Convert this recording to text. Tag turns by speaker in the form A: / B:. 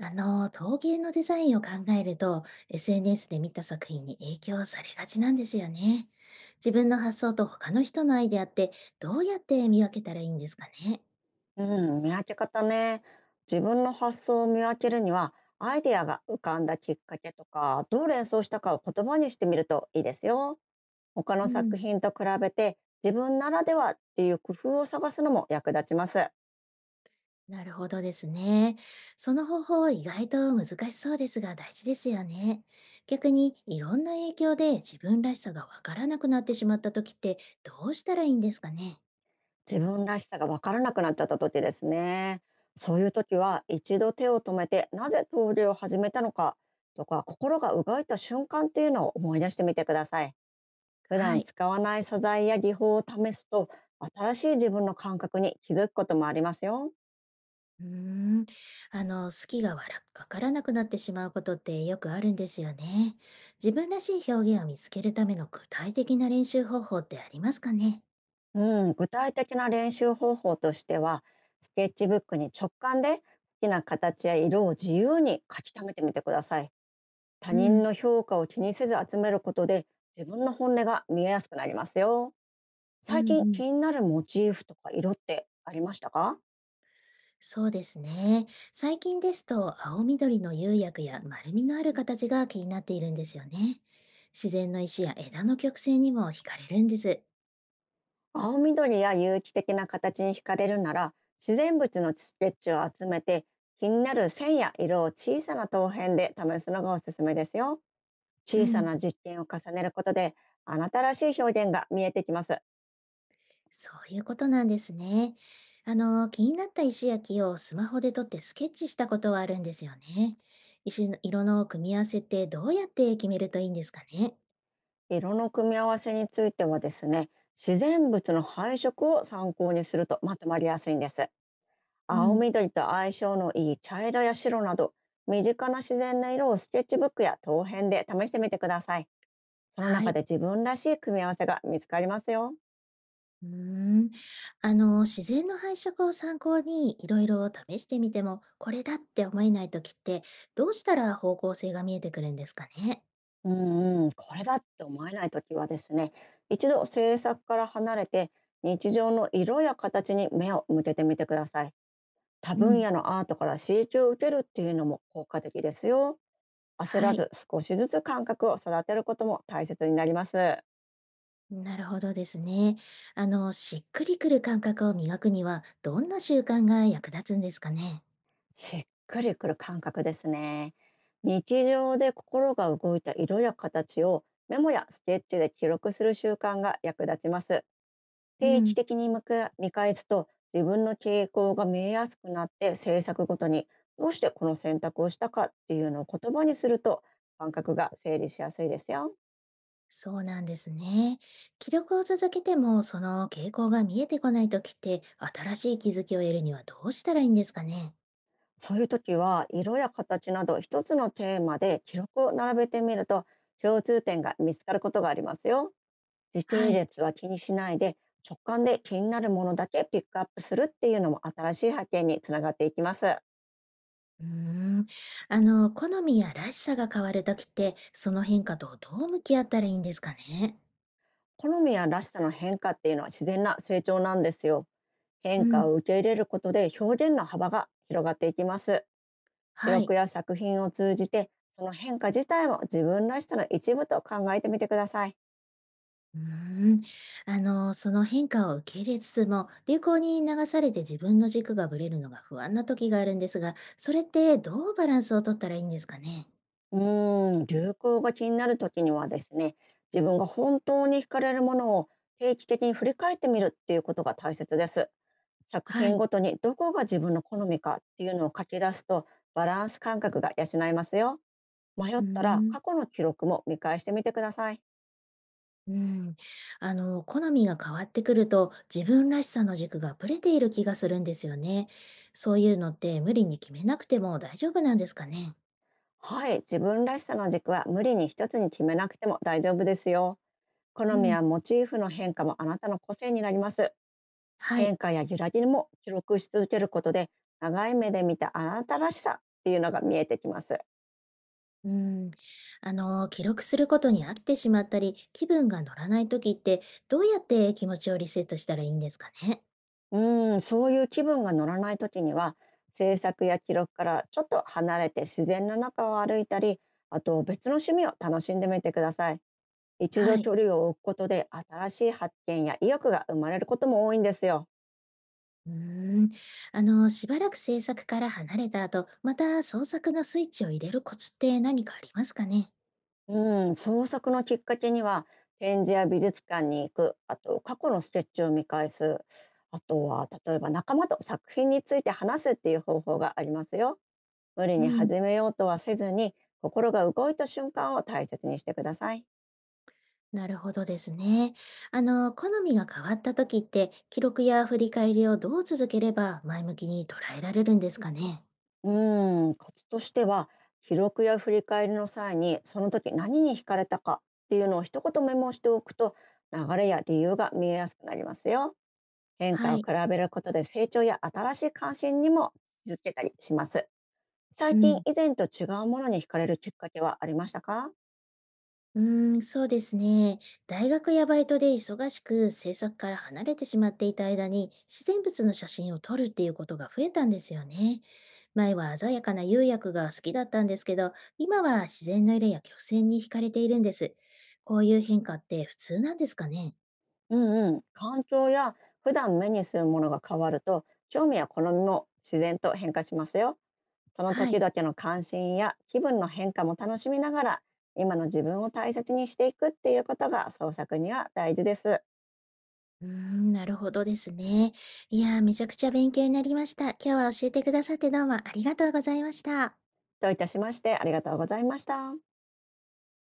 A: 陶芸のデザインを考えると、SNS で見た作品に影響されがちなんですよね。自分の発想と他の人のアイデアって、どうやって見分けたらいいんですかね。
B: うん、見分け方ね。自分の発想を見分けるには、アイデアが浮かんだきっかけとか、どう連想したかを言葉にしてみるといいですよ。他の
A: うん、
B: 作品と比べて、自分ならではっていう工夫を探すのも役立ちます。
A: なるほどですね。その方法、意外と難しそうですが、大事ですよね。逆に、いろんな影響で自分らしさがわからなくなってしまった時って、どうしたらいいんですかね。
B: 自分らしさが分からなくなっちゃった時ですね。そういう時は、一度手を止めて、なぜ投了を始めたのかとか、心が動いた瞬間っていうのを思い出してみてください。普
A: は
B: 段
A: い。
B: 使わない素材や技法を試すと、新しい自分の感覚に気づくこともありますよ。
A: うーん、好きがわからなくなってしまうことってよくあるんですよね。自分らしい表現を見つけるための具体的な練習方法ってありますかね。
B: うん、具体的な練習方法としては、スケッチブックに直感で好きな形や色を自由に書き溜めてみてください。他
A: う
B: 人
A: ん、
B: の評価を気にせず集めることで、自分の本音が見えやすくなりますよ。
A: う
B: 最
A: ん、
B: 近
A: うん。
B: 気になるモチーフとか色ってありましたか？
A: そうですね。最近ですと、青緑の釉薬や丸みのある形が気になっているんですよね。自然の石や枝の曲線にも惹かれるんです。
B: 青緑や有機的な形に惹かれるなら、自然物のスケッチを集めて、気になる線や色を小さな陶片で試すのがおすすめですよ。
A: う
B: 小さ
A: ん。
B: な実験を重ねることで、あなたらしい表現が見えてきます。
A: そういうことなんですね。気になった石や木をスマホで撮ってスケッチしたことはあるんですよね。石の色の組み合わせってどうやって決めるといいんですかね。
B: 色の組み合わせについてはですね、自然物の配色を参考にするとまとまりやすいんです。
A: う
B: 青
A: ん、
B: 緑と相性のいい茶色や白など、身近な自然な色をスケッチブックや陶片で試してみてください。その
A: は
B: 中
A: い。
B: で自分らしい組み合わせが見つかりますよ。
A: うーん。自然の配色を参考にいろいろ試してみても、これだって思えないときって、どうしたら方向性が見えてくるんですかね。
B: うんうん、これだって思えないときはですね、一度制作から離れて、日常の色や形に目を向けてみてください。多
A: う
B: 分
A: ん、
B: 野のアートから刺激を受けるっていうのも効果的ですよ。焦
A: は
B: ら
A: い。
B: ず少しずつ感覚を育てることも大切になります。
A: なるほどですね。しっくりくる感覚を磨くには、どんな習慣が役立つんですかね。
B: しっくりくる感覚ですね。日常で心が動いた色や形をメモやスケッチで記録する習慣が役立ちます。
A: う
B: 定期
A: ん、
B: 的に向け見返すと、自分の傾向が見えやすくなって、制作ごとにどうしてこの選択をしたかっていうのを言葉にすると、感覚が整理しやすいですよ。
A: そうなんですね。記録を続けても、その傾向が見えてこないときって、新しい気づきを得るにはどうしたらいいんですかね。
B: そういう時は色や形など一つのテーマで記録を並べてみると、共通点が見つかることがありますよ。時
A: は
B: 系
A: い。
B: 列は気にしないで、直感で気になるものだけピックアップするっていうのも新しい発見につながっていきます。
A: うーん、好みやらしさが変わるときって、その変化とどう向き合ったらいいんですかね。
B: 好みやらしさの変化っていうのは自然な成長なんですよ。
A: う
B: 変化
A: ん、
B: を受け入れることで表現の幅が広がっていきます。記
A: は
B: 録
A: い。
B: や作品を通じてその変化自体も自分らしさの一部と考えてみてください。
A: うーん、その変化を受け入れつつも、流行に流されて自分の軸がぶれるのが不安なときがあるんですが、それってどうバランスをとったらいいんですかね。
B: うーん、流行が気になる時にはですね、自分が本当に惹かれるものを定期的に振り返ってみるっていうことが大切です。作
A: は
B: 品
A: い。
B: ごとにどこが自分の好みかっていうのを書き出すと、バランス感覚が養えますよ。迷っ
A: うー
B: たら
A: ん
B: 過去の記録も見返してみてください。
A: うん、好みが変わってくると、自分らしさの軸がぶれている気がするんですよね。そういうのって無理に決めなくても大丈夫なんですかね。
B: はい、自分らしさの軸は無理に一つに決めなくても大丈夫ですよ。好
A: う
B: み
A: ん、
B: やモチーフの変化もあなたの個性になります。
A: はい。
B: 変化や揺らぎも記録し続けることで、長い目で見たあなたらしさっていうのが見えてきます。
A: うん、記録することに飽きてしまったり、気分が乗らない時って、どうやって気持ちをリセットしたらいいんですかね。
B: うーん、そういう気分が乗らない時には、制作や記録からちょっと離れて自然の中を歩いたり、あと別の趣味を楽しんでみてください。一度
A: はい。
B: 距離を置くことで新しい発見や意欲が生まれることも多いんですよ。
A: うーん、しばらく制作から離れた後、また創作のスイッチを入れるコツって何かありますかね。
B: うん、創作のきっかけには、展示や美術館に行く、あと過去のスケッチを見返す、あとは例えば仲間と作品について話すっていう方法がありますよ。無理
A: う
B: に
A: ん。
B: 始めようとはせずに、心が動いた瞬間を大切にしてください。
A: なるほどですね。好みが変わった時って、記録や振り返りをどう続ければ前向きに捉えられるんですかね。
B: うん、コツとしては、記録や振り返りの際にその時何に惹かれたかっていうのを一言メモしておくと、流れや理由が見えやすくなりますよ。変化
A: は
B: を
A: い。
B: 比べることで成長や新しい関心にも気づけたりします。
A: う
B: 最近
A: ん。
B: 以前と違うものに惹かれるきっかけはありましたか？
A: うーん、そうですね。大学やバイトで忙しく制作から離れてしまっていた間に、自然物の写真を撮るっていうことが増えたんですよね。前は鮮やかな釉薬が好きだったんですけど、今は自然の色や曲線に惹かれているんです。こういう変化って普通なんですかね。
B: うんうん。環境や普段目にするものが変わると興味や好みも自然と変化しますよ。その
A: は
B: 時
A: い。
B: 々の関心や気分の変化も楽しみながら、今の自分を大切にしていくっていうことが創作には大事です。
A: うーん、なるほどですね。いやー、めちゃくちゃ勉強になりました。今日は教えてくださってどうもありがとうございました。
B: どういたしまして。ありがとうございました。